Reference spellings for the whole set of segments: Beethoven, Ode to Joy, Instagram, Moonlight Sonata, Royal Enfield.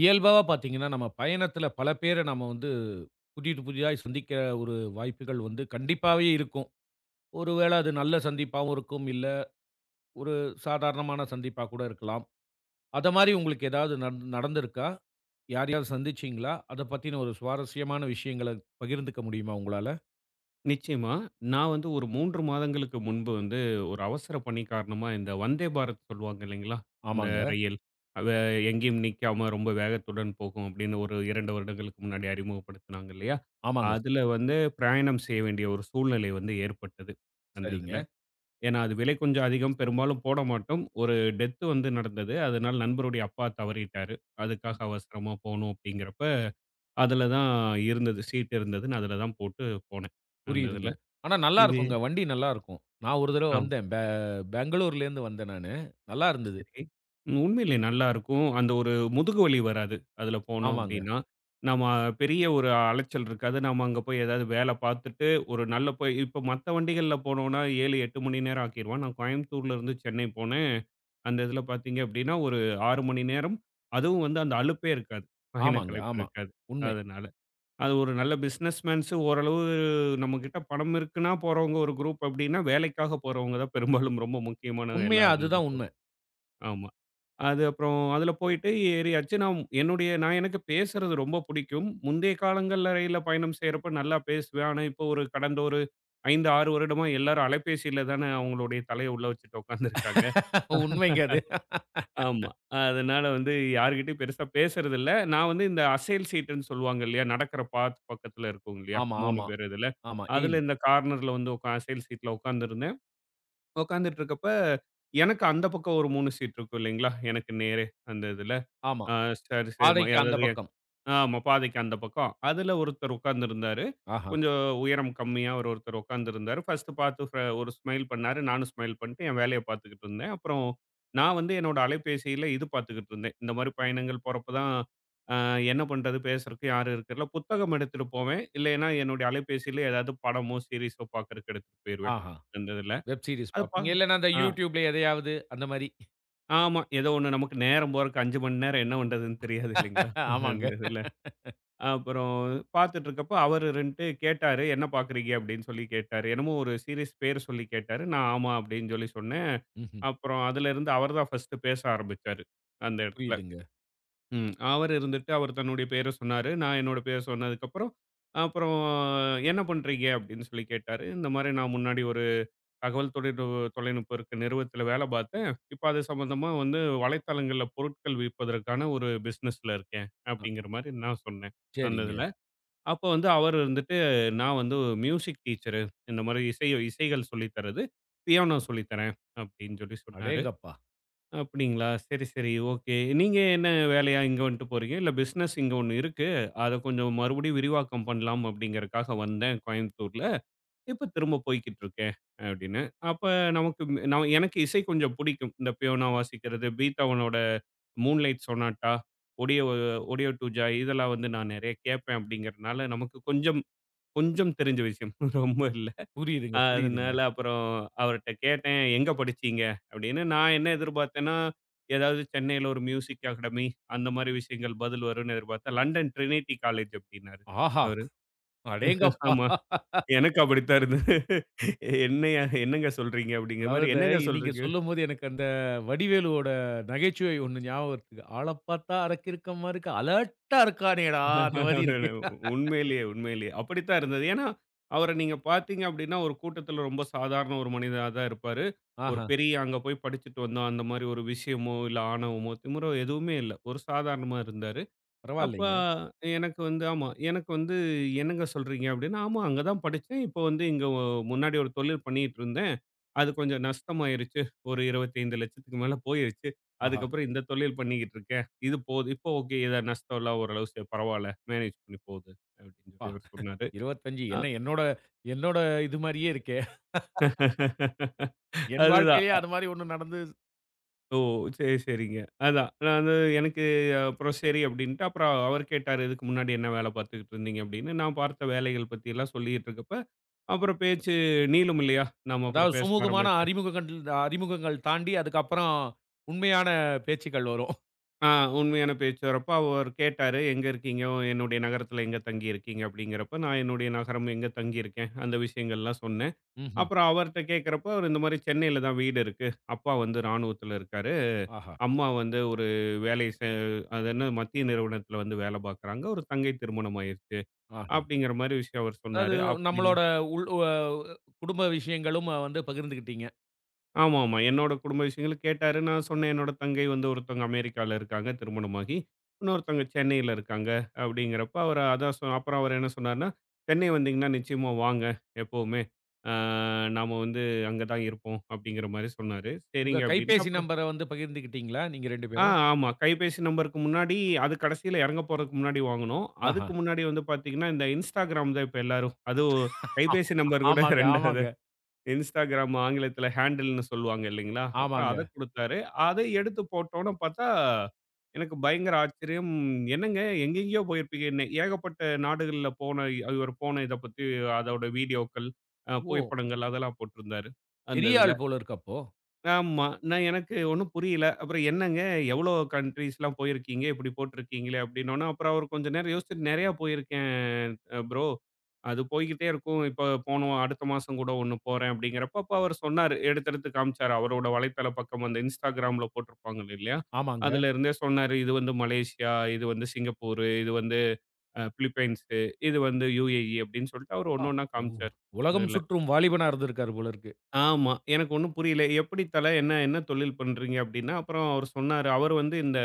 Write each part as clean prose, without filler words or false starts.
இயல்பாவா பார்த்தீங்கன்னா, நம்ம பயணத்துல பல பேர நம்ம வந்து புதிது புதிதாய் சந்திக்கிற ஒரு வாய்ப்புகள் வந்து கண்டிப்பாவே இருக்கும். ஒருவேள அது நல்ல சந்திப்பாவும் இருக்கும். இல்ல ஒரு சாதாரணமான சந்திப்பா கூட இருக்கலாம். அத மாரி உங்களுக்கு ஏதாவது நடந்திருக்கா? யாரையாவது சந்திச்சீங்களா? அத பத்தின ஒரு சுவாரஸ்யமான விஷயங்கள பகிர்ந்துக்க முடியுமா உங்களால? நிச்சயமா. நான் வந்து ஒரு 3 மாதங்களுக்கு முன்பு வந்து ஒரு அவசர பணி காரணமா இந்த வந்தே பாரத் சொல்லுவாங்க இல்லைங்களா? அந்த ஆமாங்க, ரயில். அத எங்கேயும் நிக்காம ரொம்ப வேகத்துடன் போகும் அப்படின்னு ஒரு 2 வருடங்களுக்கு முன்னாடி அறிமுகப்படுத்துனாங்க இல்லையா? ஆமாங்க சார். அதுல வந்து பிரயாணம் செய்ய வேண்டிய ஒரு சூழ்நிலை வந்து ஏற்பட்டது. அந்த இதுல. சரிங்க. ஏன்னா அது விலை கொஞ்சம் அதிகம். பெரும்பாலும் போட மாட்டோம். ஒரு டெத் வந்து நடந்தது. அதனால நண்பருடைய அப்பா தவறிட்டாரு. அதுக்காக ம். அவசரமா போணும் அப்படிங்கிறப்ப, அதுல தான் இருந்தது. சீட் இருந்ததுன்னு அதுல தான் போட்டு போனேன். அந்த புரியுதுங்க. இதுல. ஆனா நல்லா இது இருக்குங்க. வண்டி நல்லா இருக்கும். நான் ஒரு தடவ ஆமா. வந்தேன். பெங்களூர்லேருந்து வந்தேன் நானு. நல்லா இருந்தது. சரி. உண்மையிலே நல்லாருக்கும். அந்த ஒரு முதுகு வலி வராது. அதுல போனோம் ஆமாங்க, அப்டின்னா. நம்ம பெரிய ஒரு அலைச்சல் இருக்காது. நம்ம அங்க போய் ஏதாவது வேல பார்த்துட்டு, ஒரு நல்ல போய் இப்ப மத்த வண்டிகள்ல போனோம்னா 7, 8 மணி நேரம் ஆக்கிருவான். நான் கோயம்புத்தூர்ல இருந்து சென்னை போனேன். அந்த இதுல பார்த்தீங்க அப்டின்னா, ஒரு 6 மணி நேரம். அதுவும் வந்து அந்த அலுப்பே இருக்காது. பயணக் ஆமாங்க, களைப்பு ஆமா. இருக்காது. உண்மை. அதனால. அது ஒரு நல்ல பிசினஸ் மேன்ஸ் ஓரளவு நம்மகிட்ட பணம் இருக்குன்னா போறவங்க ஒரு குரூப் அப்டின்னா, வேலைக்காக போறவங்க தான் பெரும்பாலும் ரொம்ப முக்கியமான எல்லா உண்மையா இதுல தான். அதுதான் உண்ம. ஆமா. அது அப்புறம் அதுல போயிட்டு ஏறியாச்சு. நான் எனக்கு பேசுறது ரொம்ப பிடிக்கும். முந்தைய காலங்கள்ல ரயில்ல பயணம் செய்றப்ப நல்லா பேசுவேன். ஆனா, இப்போ ஒரு கடந்த ஒரு 5, 6 வருடமா எல்லாரும் அலைபேசியில தானே அவங்களுடைய தலைய உள்ள வச்சுட்டு உட்காந்துருக்காங்க. உண்மைங்க அது. ஆமா. அதனால வந்து யார்கிட்டயும் பெருசா பேசுறதில்ல. நான் வந்து இந்த அசைல் சீட்டுன்னு சொல்லுவாங்க இல்லையா? நடக்கிற பாத் பக்கத்துல இருக்கும் இல்லையா? ஆமா, 3 ஆமா, பேர் இதுல. ஆமா. எயில். அதுல இந்த கார்னர்ல வந்து அசைல் சீட்ல உட்காந்துருந்தேன். உட்காந்துட்டு இருக்கப்ப, எனக்கு அந்த பக்கம் ஒரு 3 சீட் இருக்கும் இல்லைங்களா? எனக்கு நேரே அந்த இதுல. ஆமா. ஆ சரி, சரிம்மா. பாதைக்கு அந்த அதாவது பக்கம். ஆமா பாதைக்கு அந்த பக்கம். அதுல ஒருத்தர் உட்கார்ந்திருந்தாரு. ஆஹா, கொஞ்சம் உயரம் கம்மியா ஒரு ஒருத்தர் உட்கார்ந்திருந்தாரு. ஃபர்ஸ்ட்டு பார்த்து ஒரு ஸ்மைல் பண்ணாரு. நானும் ஸ்மைல் பண்ணிட்டு என் வேலைய பார்த்துக்கிட்டு இருந்தேன். அப்புறம் நான் வந்து என்னோட அலைபேசியில இது பார்த்துக்கிட்டு இருந்தேன். இந்த மாரி பயணங்கள் போறப்ப தான் அ என்ன பண்றது? பேசுறதுக்கு யாரும் இருக்கிறதில்ல. புத்தகம் எடுத்துட்டு போவேன். இல்லைன்னா என்னுடைய அலைபேசியில ஏதாவது படமோ, சீரிஸோ பார்க்கறதுக்கு எடுத்துட்டு போயிருவேன். ஆஹா. அந்த இதுல. வெப் சீரிஸ் அது பா பார்ப்பீங்க. இல்லன்னா அந்த ஆ YouTubeல எதையாவது அந்த மாரி. ஆமா. ஏதோ ஒண்ணு நமக்கு நேரம் போறக்கு 5 மணி நேரம் என்ன பண்றதுன்னு தெரியாது இல்லைங்களா? ஆமாங்க. அந்த இதுல. அப்புறம் பார்த்துட்டுருக்கப்ப அவரு 2 கேட்டாரு, "என்ன பார்க்குறீங்க?" அப்படின்னு சொல்லி கேட்டாரு. என்னமோ ஒரு சீரிஸ் பேரு சொல்லி கேட்டாரு. நான் ஆமா அப்படின்னு சொல்லி சொன்னேன். ம்ஹ்ம். அப்புறம் அதுலேருந்து அவர் தான் ஃபர்ஸ்ட்டு பேச ஆரம்பிச்சாரு, அந்த இடத்துல. புரியுதுங்க. ம். அவர் இருந்துட்டு அவர் தன்னுடைய பேர சொன்னாரு. நான் என்னோட பேர சொன்னதுக்கப்புறம், அப்புறம் "என்ன பண்றீங்க?" அப்படின்னு சொல்லி கேட்டாரு. இந்த மாரி நான் முன்னாடி ஒரு தகவல் தொழில்நுட்பு தொலைநுட்பம் இருக்க நிறுவனத்தில வேலை பார்த்தேன். இப்ப அது சம்மந்தமா வந்து வலைத்தளங்கள்ல பொருட்கள் விற்பதற்கான ஒரு பிசினஸ்ல இருக்கேன், அ அப்படிங்கிற மாரி நான் சொன்னேன், அந்த சரிங்க. இதுல. அப்போ வந்து அவர் இருந்துட்டு, "நான் வந்து மியூசிக் டீச்சரு. இந்த மாரி இசை இசைகள் சொல்லி தர்றது. பியானோ சொல்லி தர்றேன்." அப்படின்னு சொல்லி சொன்னாரு. அடேங்கப்பா! "அப்படிங்களா? சரி, சரி. ஓகே. நீங்க என்ன வேலையா இங்க வந்துட்டு போறீங்க? இல்ல பிசினஸ் இங்க ஒண்ணு இருக்கு. அத கொஞ்சம் மறுபடியும் விரிவாக்கம் பண்ணலாம் அப்படிங்கறக்காக வந்தேன் கோயம்புத்தூர்ல. இப்ப திரும்ப போய்க்கிட்டு இருக்கேன்." அப்படின்னு. அப்ப நமக்கு ந எனக்கு இசை கொஞ்சம் புடிக்கும். இந்த பியானோ வாசிக்கிறது, பீத்தவனோட moonlight sonata, ode ode to joy இதெல்லாம் வந்து நான் நெறைய கேட்பேன் அப்படிங்கிறனால, நமக்கு கொஞ்சம் கொஞ்சம் தெரிஞ்ச விஷயம். ரொம்ப இல்ல. புரியுதுங்க, புரியுதுங்க. அதனால அப்புறம் அவர்ட்ட கேட்டேன், "எங்க படிச்சீங்க?" அப்படின்னு. நான் என்ன எதிர்பார்த்தேன்னா, ஏதாவது சென்னையில ஒரு மியூசிக் அகாடமி அந்த மாரி விஷயங்கள் பதில் வரும்னு எதிர்பார்த்தேன். லண்டன் ட்ரினிட்டி காலேஜ் அப்படின்னாரு ஆஹா! அவரு. அடேங்கப்பா! ஆமா. எனக்கு அப்படித்தான் இருந்தது. என்னையா என்னங்க சொல்றீங்க? அப்படிங்கிற அதாவது மாரி. இந்த என்னங்க நீங்க சொல்றீங்க? சொல்லும்போது எனக்கு அந்த வடிவேலுவோட நகைச்சுவை ஒண்ணு ஞாபகம் வருது. "ஆளப் பார்த்தா அரக்கிருக்கமா இருக்கு, அலர்ட்டா இருக்கானேடா" அந்த மாரி இருக்கு. உண்மையிலேயே, உண்மையிலேயே. அப்படித்தான் இருந்தது. ஏன்னா, அவர நீங்க பார்த்தீங்க அப்படின்னா, ஒரு கூட்டத்தில ரொம்ப சாதாரண ஒரு மனிதனா தான் இருப்பாரு. ஒரு ஆஹா, பெரிய அங்க போய் படிச்சுட்டு வந்தோம், அந்த மாரி ஒரு விஷயமோ, இல்ல ஆணவமோ, திமிரோ எதுவுமே இல்ல. ஒரு சாதாரணமா இருந்தாரு. அப்ப பரவாயில்லைங்க. எனக்கு வந்து ஆமா. எனக்கு வந்து என்னங்க சொல்றீங்க அப்டின்னா, ஆமா அங்க தான் படிச்சேன். இப்போ வந்து இங்க ஒ முன்னாடி ஒரு தொழில் பண்ணிட்டு இருந்தேன். அது கொஞ்சம் நஷ்டமாயிருச்சு. ஒரு 25,00,000க்கு மேல போயிருச்சு. ஆஹா, அதுக்கப்புறம் இந்த தொழில் பண்ணிக்கிட்டு இருக்கேன். இது போது இப்போ ஓகே. ஏதா நஷ்டம்லாம் ஓரளவு சரி பரவால்ல. மேனேஜ் பண்ணி போகுது அப்டின்னு பா! சொல்லி அவரு சொன்னாரு. 25 அ என்ன என்னோட என்னோட இது மாரியே இருக்கே! என் அதுதான். வாழ்க்கையிலேயே அது மாரி ஒண்ணு நடந்து ஓ! சரி, சரிங்க. அதான். நான் வந்து எனக்கு அப்புறம் சரி அப்டின்ட்டு அப்புறம் அவர் கேட்டாரு, "இதுக்கு முன்னாடி என்ன வேல பார்த்துக்கிட்டு இருந்தீங்க?" அப்டின்னு. நான் பார்த்த வேலைகள் பத்திலாம் சொல்லிட்டு இருக்கப்ப, அப்புறம் பேச்சு நீளும் இல்லையா? நாம அப்புறம் அதாவது பேச சுமூகமான ஆரம்பிச்சு. அறிமுகங்கள் அறிமுகங்கள் தாண்டி அதுக்கப்புறம் உண்மையான பேச்சுக்கள் வரும். ஆ உண்மையான பேச்சு வரப்ப அவர் கேட்டாரு, "எங்க இருக்கீங்க? என்னுடைய நகரத்துல எங்க தங்கியிருக்கீங்க?" அப்படிங்கிறப்ப, நான் என்னுடைய நகரம் எங்க தங்கியிருக்கேன், அந்த விஷயங்கள்லாம் சொன்னேன். ம்ஹ்ம். அப்புறம் அவர்ட்ட கேட்கிறப்போ, அவர் இந்த மாரி சென்னையில தான் வீடு இருக்கு. அப்பா வந்து ராணுவத்துல இருக்காரு. ஆஹா! அம்மா வந்து ஒரு வேலை செ அது என்ன மத்திய நிறுவனத்துல வந்து வேலை பார்க்குறாங்க. ஒரு தங்கை திருமணம் ஆயிருச்சு, ஆஹா! அப்படிங்கிற மாரி விஷயம் அவர் அது சொன்னாரு. அப்படி நம்மளோட உள் வ குடும்ப விஷயங்களும் வந்து பகிர்ந்துக்கிட்டீங்க. ஆமா, ஆமா. என்னோட குடும்ப விஷயங்கள் கேட்டாரு. நான் சொன்னேன், என்னோட தங்கை வந்து ஒருத்தவங்க அமெரிக்கால இருக்காங்க திருமணமாகி. இன்னொருத்தவங்க சென்னையில இருக்காங்க அப்படிங்கிறப்ப, அவரு அதான் சொ அப்புறம் அவரு என்ன சொன்னாருன்னா, "சென்னை வந்தீங்கன்னா நிச்சயமா வாங்க எப்பவுமே. ஆ நாம வந்து அங்க தான் இருப்போம்." அப்படிங்கிற மாரி சொன்னாரு. உங்க சரிங்க அப்படின்ட்டு கைபேசி அப்புறம் நம்பர வந்து பகிர்ந்துக்கிட்டீங்களா? நீங்க 2 ஆ பேரும்? ஆமா. கைபேசி நம்பருக்கு முன்னாடி அது கடைசியில இறங்க போறதுக்கு முன்னாடி வாங்குனோம். ஆஹா! அதுக்கு முன்னாடி வந்து பார்த்தீங்கன்னா, இந்த Instagram தான் இப்ப எல்லாரும் அதுவும் கைபேசி நம்பர் கூட ஆமாங்க, 2வது ஆமாங்க, Instagram ஆங்கிலத்தில ஹேண்டில்ன்னு சொல்லுவாங்க இல்லைங்களா? அப்புறம் ஆமாங்க. அத குடுத்தாரு. அதை எடுத்து போட்டோம்ன்னு பார்த்தா, எனக்கு பயங்கர ஆச்சரியம். "என்னங்க எங்கெங்கேயோ போயிருப்பீங்க" என்ன ஏகப்பட்ட நாடுகள்ல போன இ இவர் போன இத பத்தி அதோட வீடியோக்கள், ஓ! புகைப்படங்கள் அதெல்லாம் போட்டிருந்தாரு, அந்த பெரிய இதுல. ஆள் போல இருக்கு அப்போ. ஆமா. நான் எனக்கு ஒண்ணும் புரியல. அப்புறம் என்னங்க எவ்வளோ கண்ட்ரீஸ்லாம் போயிருக்கீங்க? இப்படி போட்டிருக்கீங்களே அப்படின்னோன, அப்புறம் அவரு கொஞ்ச நேரம் யோசிச்சுட்டு நெறையா போயிருக்கேன் ப்ரோ. அது போய்க்கிட்டே இருக்கும். இப்ப போன அடுத்த மாசம் கூட ஒண்ணு போறேன் அப்படிங்கிறப்ப, அப்ப அவரு சொன்னாரு. எடுத்து எடுத்து காமிச்சாரு. அவரோட வலைத்தள பக்கம் அந்த Instagramல போட்டிருப்பாங்க இல்லையா? ஆமாங்க. அதுல இருந்தே சொன்னாரு. இது வந்து மலேசியா, இது வந்து சிங்கப்பூரு, இது வந்து பிலிப்பைன்ஸு, இது வந்து UAE அப்படின்னு சொல்லிட்டு அவரு ஆ ஒண்ணு ஒண்ணா ஓ! காமிச்சாரு. உலகம் இதுல. சுற்றும் வாலிபனா இருந்திருக்காரு போல இருக்கு. ஆமா. எனக்கு ஒண்ணும் புரியல. "எப்படி தல என்ன என்ன தொழில் பண்றீங்க?" அப்படின்னா, அப்புறம் அவரு சொன்னாரு. அவரு வந்து இந்த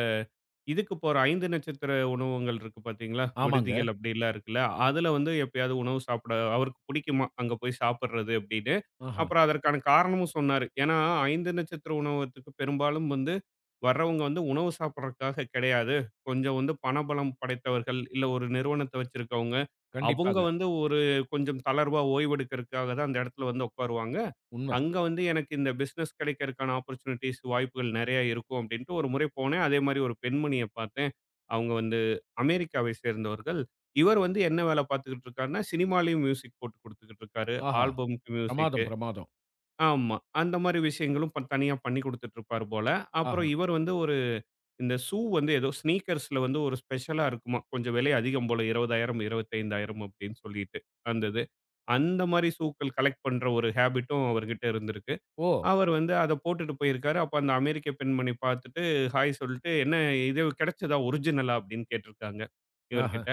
இதுக்கு போற 5 நட்சத்திர உணவகங்கள் இருக்கு பார்த்தீங்களா? ஆமாங்க. விடுதிகள் அப்படிலாம் இருக்குல்ல. அதுல வந்து எப்பயாவது உணவு சாப்பிட அவருக்கு பிடிக்குமாம். அங்க போய் சாப்பிடுறது அப்படின்னு. ஆஹா! அப்புறம் அதற்கான காரணமும் சொன்னாரு. ஏன்னா 5 நட்சத்திர உணவகத்துக்கு பெரும்பாலும் வந்து வர்றவங்க வந்து உணவு சாப்பிடுறதுக்காக கிடையாது. கொஞ்சம் வந்து பணபலம் படைத்தவர்கள், இல்ல ஒரு நிறுவனத்த வச்சிருக்கவங்க. அவங்க கண்டிப்பாக. வந்து ஒரு கொஞ்சம் தளர்வா ஓய்வெடுக்கிறதுக்காக தான் அந்த இடத்துல வந்து உட்காருவாங்க. உண்ம. அங்க வந்து எனக்கு இந்த பிசினஸ் கிடைக்கிறதுக்கான ஆப்பர்ச்சுனிட்டீஸ், வாய்ப்புகள் நெறைய இருக்கும் அப்படின்ட்டு ஒரு முறை போனேன். அதே மாரி ஒரு பெண்மணிய பார்த்தேன். அவங்க வந்து அமெரிக்காவை சேர்ந்தவர்கள். இவர் வந்து என்ன வேலை பார்த்துக்கிட்டு இருக்காருன்னா, சினிமாலயும் மியூசிக் போட்டு குடுத்துக்கிட்டு இருக்காரு. ஆஹா! ஆல்பம்க்கு மியூசிக்கு. பிரமாதம், பிரமாதம். ஆமா. அந்த மாரி விஷயங்களும் ப தனியா பண்ணி குடுத்துட்டு இருப்பாரு போல. ஆஹா! அப்புறம் இவர் வந்து ஒரு இந்த ஷூ வந்து ஏதோ ஸ்னீக்கர்ஸ்ல வந்து ஒரு ஸ்பெஷலா இருக்குமாம். கொஞ்சம் விலை அதிகம் போல 20,000, 25,000 அப்படின்னு சொல்லிட்டு அந்த இது. அந்த மாரி ஷூக்கள் கலெக்ட் பண்ற ஒரு ஹேபிட்டும் அவர்கிட்ட இருந்திருக்கு. ஓ! அவர் வந்து அத போட்டுட்டு போயிருக்காரு. அப்ப அந்த அமெரிக்க பெண்மணி பார்த்துட்டு, ஹாய் சொல்லிட்டு, "என்ன இது கிடைச்சதா? ஒரிஜினலா?" அப்படின்னு கேட்டிருக்காங்க ஆஹா! இவர்கிட்ட.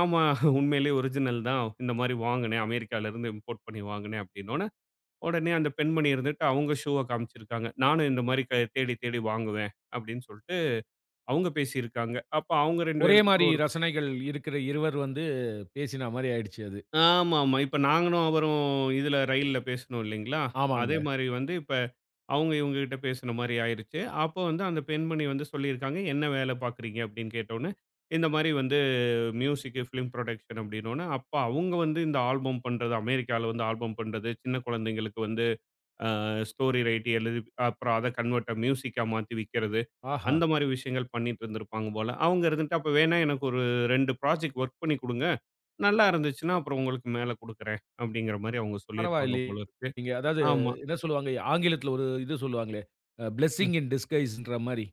"ஆமா, உண்மையிலேயே ஒரிஜினல் தான். இந்த மாரி வாங்குனேன். அமெரிக்காலருந்து இம்போர்ட் பண்ணி வாங்குனேன்" அப்படின்னோன, உடனே அந்த பெண்மணி இருந்துட்டு அவங்க ஷூவ காமிச்சிருக்காங்க. "நானும் இந்த மாரி தேடி தேடி வாங்குவேன்" அப்படின்னு சொல்லிட்டு அவங்க பேசியிருக்காங்க. அப்ப அவங்க 2 ஒரே பேத்துக்குள்ள மாரி ஒரு ரசனைகள் இருக்கிற இருவர் வந்து பேசினா மாரி ஆயிடுச்சு அது. ஆமாமா. இப்ப நாங்களும் அவரும் இதுல ரயில்ல பேசினோம் இல்லைங்களா? அதே ஆமாங்க. மாரி வந்து இப்ப அவங்க இவங்க கிட்ட பேசுன மாரி ஆயிருச்சு. அப்போ வந்து அந்த பெண்மணி வந்து சொல்லியிருக்காங்க, "என்ன வேலை பார்க்குறீங்க?" அப்படின்னு கேட்டோனே, இந்த மாரி வந்து மியூசிக், ஃபிலிம் புரொடக்ஷன் அப்படின்னோனே, அப்ப அவங்க வந்து இந்த ஆல்பம் பண்றது, அமெரிக்கால வந்து ஆல்பம் பண்றது, சின்ன குழந்தைங்களுக்கு வந்து ஸ்டோரி ரைட்டு எழுதி அப்புறம் அதை கன்வெர்ட்டா மியூசிக்கா மாத்தி விற்கிறது. ஆஹா! அந்த மாரி விஷயங்கள் பண்ணிட்டு இருந்திருப்பாங்க போல. அவங்க இருந்துட்டு அப்ப வேணா எனக்கு ஒரு 2 ப்ராஜெக்ட் ஒர்க் பண்ணி குடுங்க. நல்லா இருந்துச்சுன்னா அப்புறம் உங்களுக்கு மேல குடுக்குறேன். அப்படிங்கிற மாரி அவங்க சொல்லியிருப்பாங்க போல இருக்கு. பரவாயில்லீங்க. அதாவது ஆமா. என்ன சொல்லுவாங்க, ஆங்கிலத்துல ஒரு இது சொல்லுவாங்களே, அ ம். பிளெஸ்ஸிங் இன் டிஸ்கைஸ்ன்ற மாரி.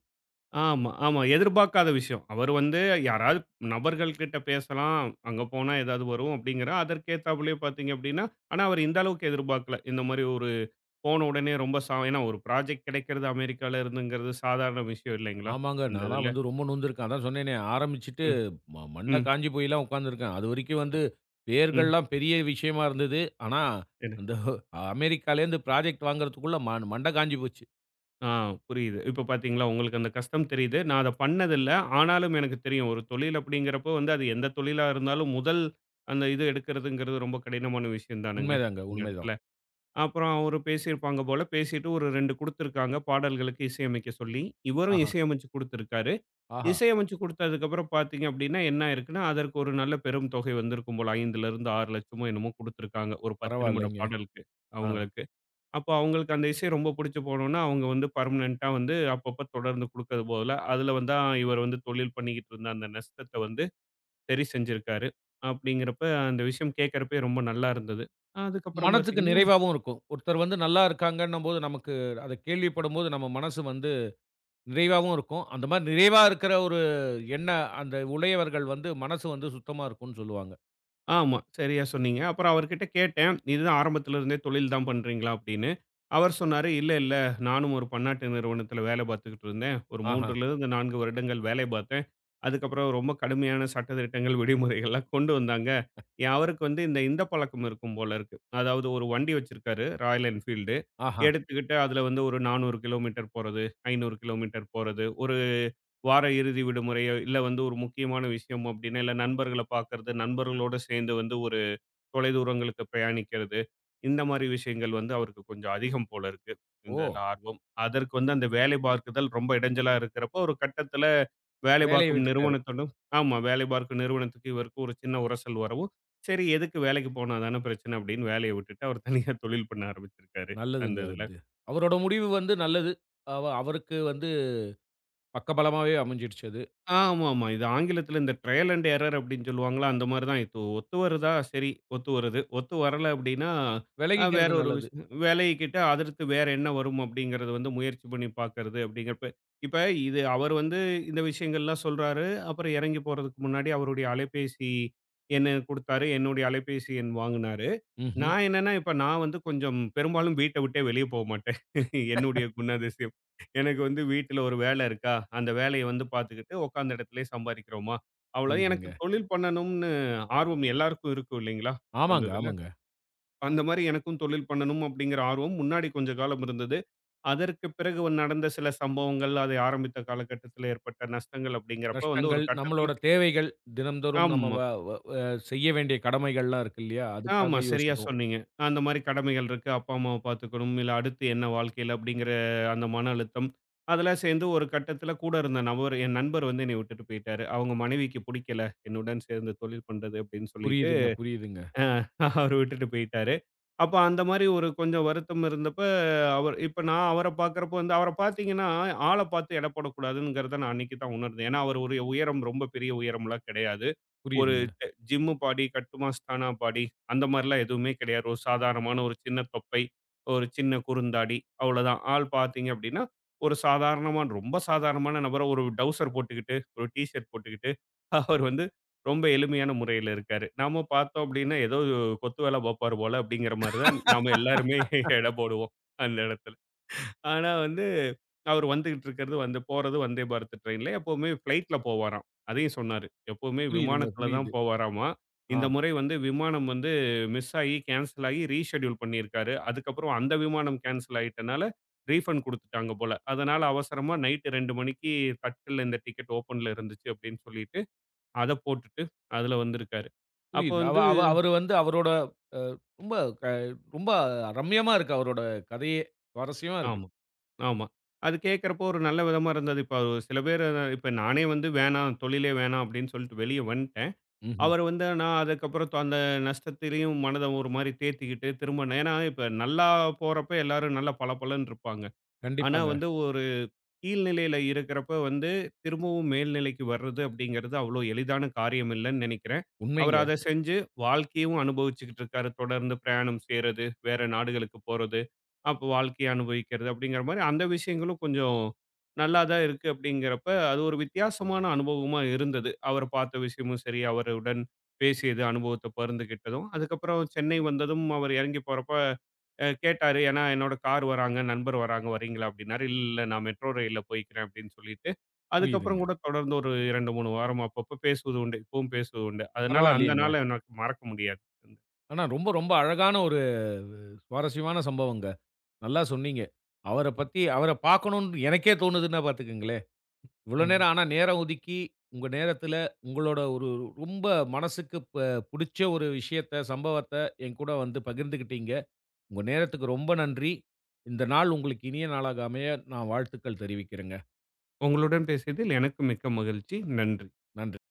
ஆமா, ஆமா. எதிர்பார்க்காத விஷயம். அவர் வந்து யாராவது நபர்கள் கிட்ட பேசலாம். அங்க போனா ஏதாவது வரும் அப்படிங்கிற அதற்கு ஏத்தாப்புலயே பார்த்தீங்க அப்படின்னா, ஆனா அவர் இந்த அளவுக்கு எதிர்பார்க்கல. இந்த மாரி ஒரு போன உடனே ரொம்ப சா ஏன்னா ஒரு ப்ராஜெக்ட் கிடைக்கிறது அமெரிக்கால இருந்துங்கிறது சாதாரண விஷயம் இல்லைங்களா? ஆமாங்க. அந்த நான்லாம் இதுல. வந்து ரொம்ப நொந்திருக்கேன். அதான் சொன்னேனே, ஆரம்பிச்சுட்டு ம், மண்டை ம், காஞ்சு போய்லாம் உட்காந்துருக்கேன். அதுவரைக்கும் வந்து ம். பெயர்கள்லாம் பெரிய விஷயமா இருந்தது. ஆனா, சரி. அந்த அமெரிக்காலேருந்து ப்ராஜெக்ட் வாங்குறதுக்குள்ள மண்டை காஞ்சு போச்சு. ஆ புரியுது. இப்ப பார்த்தீங்களா, உங்களுக்கு அந்த கஷ்டம் தெரியுது. நான் அத பண்ணதில்ல. ஆனாலும் எனக்கு தெரியும். ஒரு தொழில் அப்படிங்கிறப்போ வந்து அது எந்த தொழிலா இருந்தாலும் முதல் அந்த இது எடுக்கிறதுங்கிறது ரொம்ப கடினமான விஷயம் தானங்க, உண்மைதாங்க, இந்த இடத்துல. உண்மைதான். அப்புறம் அவரு பேசியிருப்பாங்க போல. பேசிட்டு ஒரு 2 குடுத்துருக்காங்க. பாடல்களுக்கு இசையமைக்க சொல்லி. இவரும் ஆஹா! இசையமைச்சு குடுத்துருக்காரு. ஆஹா! இசையமைச்சு குடுத்ததுக்கப்புறம் பார்த்தீங்க அப்படின்னா, என்ன ஆயிருக்குன்னா, அதற்கு ஒரு நல்ல பெரும் தொகை வந்திருக்கும் போல. 5லருந்து 6 லட்சமோ என்னமோ குடுத்துருக்காங்க. ஒரு 10 நிமிட பரவாயில்லைங்க. பாடலுக்கு ஆ. அவங்களுக்கு. அப்போ அவங்களுக்கு அந்த இசை ரொம்ப புடிச்சு போனோனே, அவங்க வந்து பெர்மனன்ட்டா வந்து அப்பப்போ தொடர்ந்து குடுக்கறது போல, அதில வந்து இவர் வந்து தொழில் பண்ணிக்கிட்டு இருந்த அந்த நஷ்டத்த வந்து சரி செஞ்சிருக்காரு. அப்படிங்கிறப்ப அந்த விஷயம் கேட்கறப்பயே ரொம்ப நல்லா இருந்தது. அதுக்கப்புறம் மனதுக்கு பார்த்தீங்கன்னா நிறைவாவும் இருக்கும். ஒருத்தர் வந்து நல்லா இருக்காங்கன்னும்போது, நமக்கு அத கேள்விப்படும்போது நம்ம மனசு வந்து நிறைவாவும் இருக்கும். அந்த மாரி நிறைவா இருக்கிற ஒரு எண்ண அந்த உடையவர்கள் வந்து மனசு வந்து சுத்தமா இருக்கும்னு சொல்லுவாங்க. ஆமா. சரியா சொன்னீங்க. அப்புறம் அவர்கிட்ட கேட்டேன். "இதுதான் ஆரம்பத்துல இருந்தே தொழில் தான் பண்றீங்களா?" அப்படின்னு. அவர் சொன்னாரு, "இல்ல. நானும் ஒரு பன்னாட்டு நிறுவனத்துல வேலை பார்த்துக்கிட்டு இருந்தேன். ஒரு ஆஹா, 3லிருந்து 4 வருடங்கள் வேலை பார்த்தேன். அதுக்கப்புறம் ரொம்ப கடுமையான சட்ட திட்டங்கள், விதிமுறைகள்லாம் கொண்டு வந்தாங்க." அவருக்கு வந்து இந்த இந்த பழக்கம் இருக்கும் போல இருக்கு. அதாவது ஒரு வண்டி வச்சிருக்காரு, ராயல் என்ஃபீல்டு. ஆஹா. எடுத்துக்கிட்டு அதுல வந்து ஒரு 400 கிலோமீட்டர் போறது, 500 கிலோமீட்டர் போறது, ஒரு வார இறுதி விடுமுறையோ, இல்ல வந்து ஒரு முக்கியமான விஷயம் அப்டின்னா, இல்ல நண்பர்கள பார்க்கறது, நண்பர்களோட சேர்ந்து வந்து ஒரு தொலைதூரங்களுக்கு பிரயாணிக்கிறது. இந்த மாரி விஷயங்கள் வந்து அவருக்கு கொஞ்சம் அதிகம் போல இருக்கு. இந்த ஓ! இதுல ஆர்வம். அதற்கு வந்து அந்த வேலை பார்க்குதல் ரொம்ப இடைஞ்சலா இருக்கிறப்போ, ஒரு கட்டத்தில வேலை வேலைய பார்க்கும் விட்டுட்டாரு. நிறுவனத்துடன் ஆமா. வேலை பார்க்கும் நிறுவனத்துக்கு இவருக்கு ஒரு சின்ன உரசல் வரவும், சரி எதுக்கு வேலைக்கு போனா தானே பிரச்சனை அப்டின்னு வேலைய விட்டுட்டு, அவர் தனியா தொழில் பண்ண ஆரம்பிச்சிருக்காரு. அந்த நல்லதுங்க இதுல. அது. அவரோட முடிவு வந்து நல்லது. அவருக்கு வந்து பக்கபலமாவே அமைஞ்சிடுச்சு அது. ஆமாமா. இது ஆங்கிலத்தில இந்த ட்ரையல் அண்ட் எரர் அப்படின்னு சொல்லுவாங்கல்ல, அந்த மாரி தான். இது ஒத்து வருதா? சரி, ஒத்து வருது. ஒத்து வரல அப்படின்னா, வேற விலகிக்கிறது ஒரு நல்லது. விஷயம் விலகிக்கிட்டு அடுத்து வேற என்ன வரும் அப்படிங்கிறத வந்து முயற்சி பண்ணி பார்க்கறது அப்படிங்கிறப்ப இப்ப இது அவர் வந்து இந்த விஷயங்கள்லாம் சொல்றாரு. அப்புறம் இறங்கி போறதுக்கு முன்னாடி அவருடைய அலைபேசி எண்ண குடுத்தாரு. என்னுடைய அலைபேசி எண் வாங்குனாரு. ம்ஹ்ம். நான் என்னன்னா, இப்ப நான் வந்து கொஞ்சம் பெரும்பாலும் வீட்ட விட்டே வெளிய போ மாட்டேன். என்னுடைய குணாதிசயம். எனக்கு வந்து வீட்ல ஒரு வேலை இருக்கா, அந்த வேலைய வந்து பார்த்துக்கிட்டு உட்காந்த இடத்திலேயே சம்பாரிக்கிறோமா, அவ்வளோ எனக்கு புரியுதுங்க. தொழில் பண்ணணும்னு ஆர்வம் எல்லாருக்கும் இருக்கும் இல்லைங்களா? அந்த ஆமாங்க, இதுல. ஆமாங்க. அந்த மாரி எனக்கும் தொழில் பண்ணணும் அப்படிங்கிற ஆர்வம் முன்னாடி கொஞ்ச காலம் இருந்தது. அதற்கு பிறகு வந்து நடந்த சில சம்பவங்கள், அதை ஆரம்பித்த காலகட்டத்தில ஏற்பட்ட நஷ்டங்கள் அப்படிங்கிறப்ப வந்து ஒரு நஷ்டங்கள், கட்டத்தில நம்மளோட தேவைகள், தினம்தோறும் நம்ம ஆமா. வ வ அ செய்ய வேண்டிய கடமைகள்லாம் இருக்கு இல்லையா? ஆமா. அதுக்காக சரியா யோசிப்போம். சொன்னீங்க. அந்த மாரி கடமைகள் இருக்கு. அப்பா, அம்மாவ பாத்துக்கணும். இல்ல அடுத்து என்ன வாழ்க்கையில அப்படிங்கிற அந்த மன அழுத்தம். அதெல்லாம் சேர்ந்து ஒரு கட்டத்தில கூட இருந்த நபர் என் நண்பர் வந்து என்னைய விட்டுட்டு போயிட்டாரு. அவங்க மனைவிக்கு புடிக்கல, என்னுடன் சேர்ந்து தொழில் பண்றது அப்படின்னு சொல்லிட்டு. புரியுதுங்க, புரியுதுங்க, அ அவரு விட்டுட்டு போயிட்டாரு. அப்ப அந்த மாரி ஒரு கொஞ்சம் வருத்தம் இருந்தப்ப, அவர் இப்ப நான் அவர பார்க்கிறப்போ வந்து அவர பார்த்தீங்கன்னா, ஆள பார்த்து எடை போடக்கூடாதுங்கிறத நான் அன்னைக்கு தான் உணர்ந்தேன். ஏன்னா, அவரு ஒரு உயரம் ரொம்ப பெரிய உயரம்லாம் கிடையாது. ஒரு புரியுதுங்க, ஜ ஜிம்மு பாடி, கட்டுமஸ்தானா பாடி அந்த மாரிலாம் எதுவுமே கிடையாது. ஒரு சாதாரணமான ஒரு சின்ன தொப்பை, ஒரு சின்ன குறுந்தாடி அவ்வளோதான். ஆள் பார்த்தீங்க அப்படின்னா, ஒரு சாதாரணமான ரொம்ப சாதாரணமான நபரா ஒரு டவுசர் போட்டுக்கிட்டு, ஒரு டீ ஷர்ட் போட்டுக்கிட்டு, அவர் வந்து ரொம்ப எளிமையான முறையில இருக்காரு. நாம பார்த்தோம் அப்படின்னா, ஏதோ கொத்து வேல பார்ப்பார் போல அப்படிங்கிற மாரி தான் நாம எல்லாருமே எடை போடுவோம் அந்த இடத்துல. ஆனா வந்து அவர் வந்துகிட்டு இருக்கிறது வந்து போறது வந்தே பாரத் ட்ரெயின்ல. எப்பவுமே ஃப்ளைட்ல போவாராம். அதையும் சொன்னாரு. எப்பவுமே புரியுதுங்க, விமானத்தில தான் புரியுது. போவாராமா. இந்த ஆ, முறை வந்து விமானம் வந்து மிஸ் ஆகி, கேன்சல் ஆகி ரீஷெட்யூல் பண்ணியிருக்காரு. அதுக்கப்புறம் அந்த விமானம் கேன்சல் ஆயிட்டனால ரீஃபண்ட் குடுத்துட்டாங்க போல. அதனால அவசரமா நைட் 2 மணிக்கு தட்கல்ல இந்த டிக்கெட் ஓப்பன்ல இருந்துச்சு அப்படின்னு சொல்லிட்டு அத போட்டுட்டு அதுல வந்திருக்காரு. அப்ப புரியுது. அவ வந்து அவ அவரு வந்து அவரோட அ ரொம்ப க ரொம்ப ரம்மியமா இருக்கு அவரோட கதையே. சுவாரஸ்யமா இருக்கு. ஆமா, ஆமா. அது கேட்கறப்போ ஒரு நல்ல விதமா இருந்தது. இப்ப சில பேர் இப்ப நானே வந்து வேணாம், தொழிலே வேணாம் அப்படின்னு சொல்லிட்டு வெளிய வந்துட்டேன். ம்ஹ்ம். அவர் வந்து நான் அதுக்கப்புறம் அந்த நஷ்டத்திலயும் மனத ஒரு மாரி தேத்திக்கிட்டு திரும்ப ஏன்னா இப்ப நல்லா போறப்ப எல்லாரும் நல்லா பளபளன்னு இருப்பாங்க. ஆனா கண்டிப்பாங்க. வந்து ஒரு கீழ்நிலையில இருக்கிறப்ப வந்து, திரும்பவும் மேல்நிலைக்கு வர்றது அப்படிங்கிறது அவ்வளோ எளிதான காரியம் இல்லன்னு நெனைக்கிறேன். அவரு உண்மைங்க. அத செஞ்சு வாழ்க்கையும் அனுபவிச்சுக்கிட்டு இருக்காரு. தொடர்ந்து பிரயாணம் செய்றது, வேற நாடுகளுக்கு போறது, அப்போ வாழ்க்கைய அனுபவிக்கிறது அப்படிங்கிற மாரி அந்த விஷயங்களும் கொஞ்சம் நல்லா தான் இருக்கு அப்படிங்கிறப்ப, அது ஒரு வித்தியாசமான அனுபவமா இருந்தது. அவர் பார்த்த விஷயமும் சரி, அவருடன் பேசியது, அனுபவத்த பகிர்ந்துகிட்டதும். அதுக்கப்புறம் சென்னை வந்ததும் அவர் இறங்கி போறப்ப கேட்டாரு. ஏன்னா, என்னோட கார் வராங்க, நண்பர் வராங்க வரீங்களா அப்படின்னாரு. இல்ல நான் மெட்ரோ ரயில்ல போய்க்கிறேன் அப்படின்னு சொல்லிட்டு, அதுக்கப்புறம் புரியுதுங்க. கூட தொடர்ந்து ஒரு 2, 3 வாரம் அப்பப்ப பேசுவது உண்டு. இப்பவும் பேசுவது உண்டு. அதனால அந்த பரவாயில்லையேங்க. நாள எனக்கு மறக்க முடியாது. ஆனா ரொம்ப ரொம்ப அழகான ஒரு சுவாரஸ்யமான சம்பவங்க. நல்லா சொன்னீங்க. அவர பத்தி அவர பார்க்கணும்னு எனக்கே தோணுதுன்னா பார்த்துக்கங்களேன். இவ்வளோ ம். நேரம் ஆனா நேரம் ஒதுக்கி, உங்க நேரத்தில உங்களோட ஒரு ரொம்ப மனசுக்கு புடிச்ச ஒரு விஷயத்த, சம்பவத்த என்கூட வந்து பகிர்ந்துக்கிட்டீங்க. உங்க நேரத்துக்கு ரொம்ப நன்றி. இந்த நாள் உங்களுக்கு இனிய நாளாக அமைய நான் வாழ்த்துக்கள் தெரிவிக்கிறேங்க. உங்களுடன் பேசியதில் எனக்கு மிக்க மகிழ்ச்சி. நன்றி. நன்றி.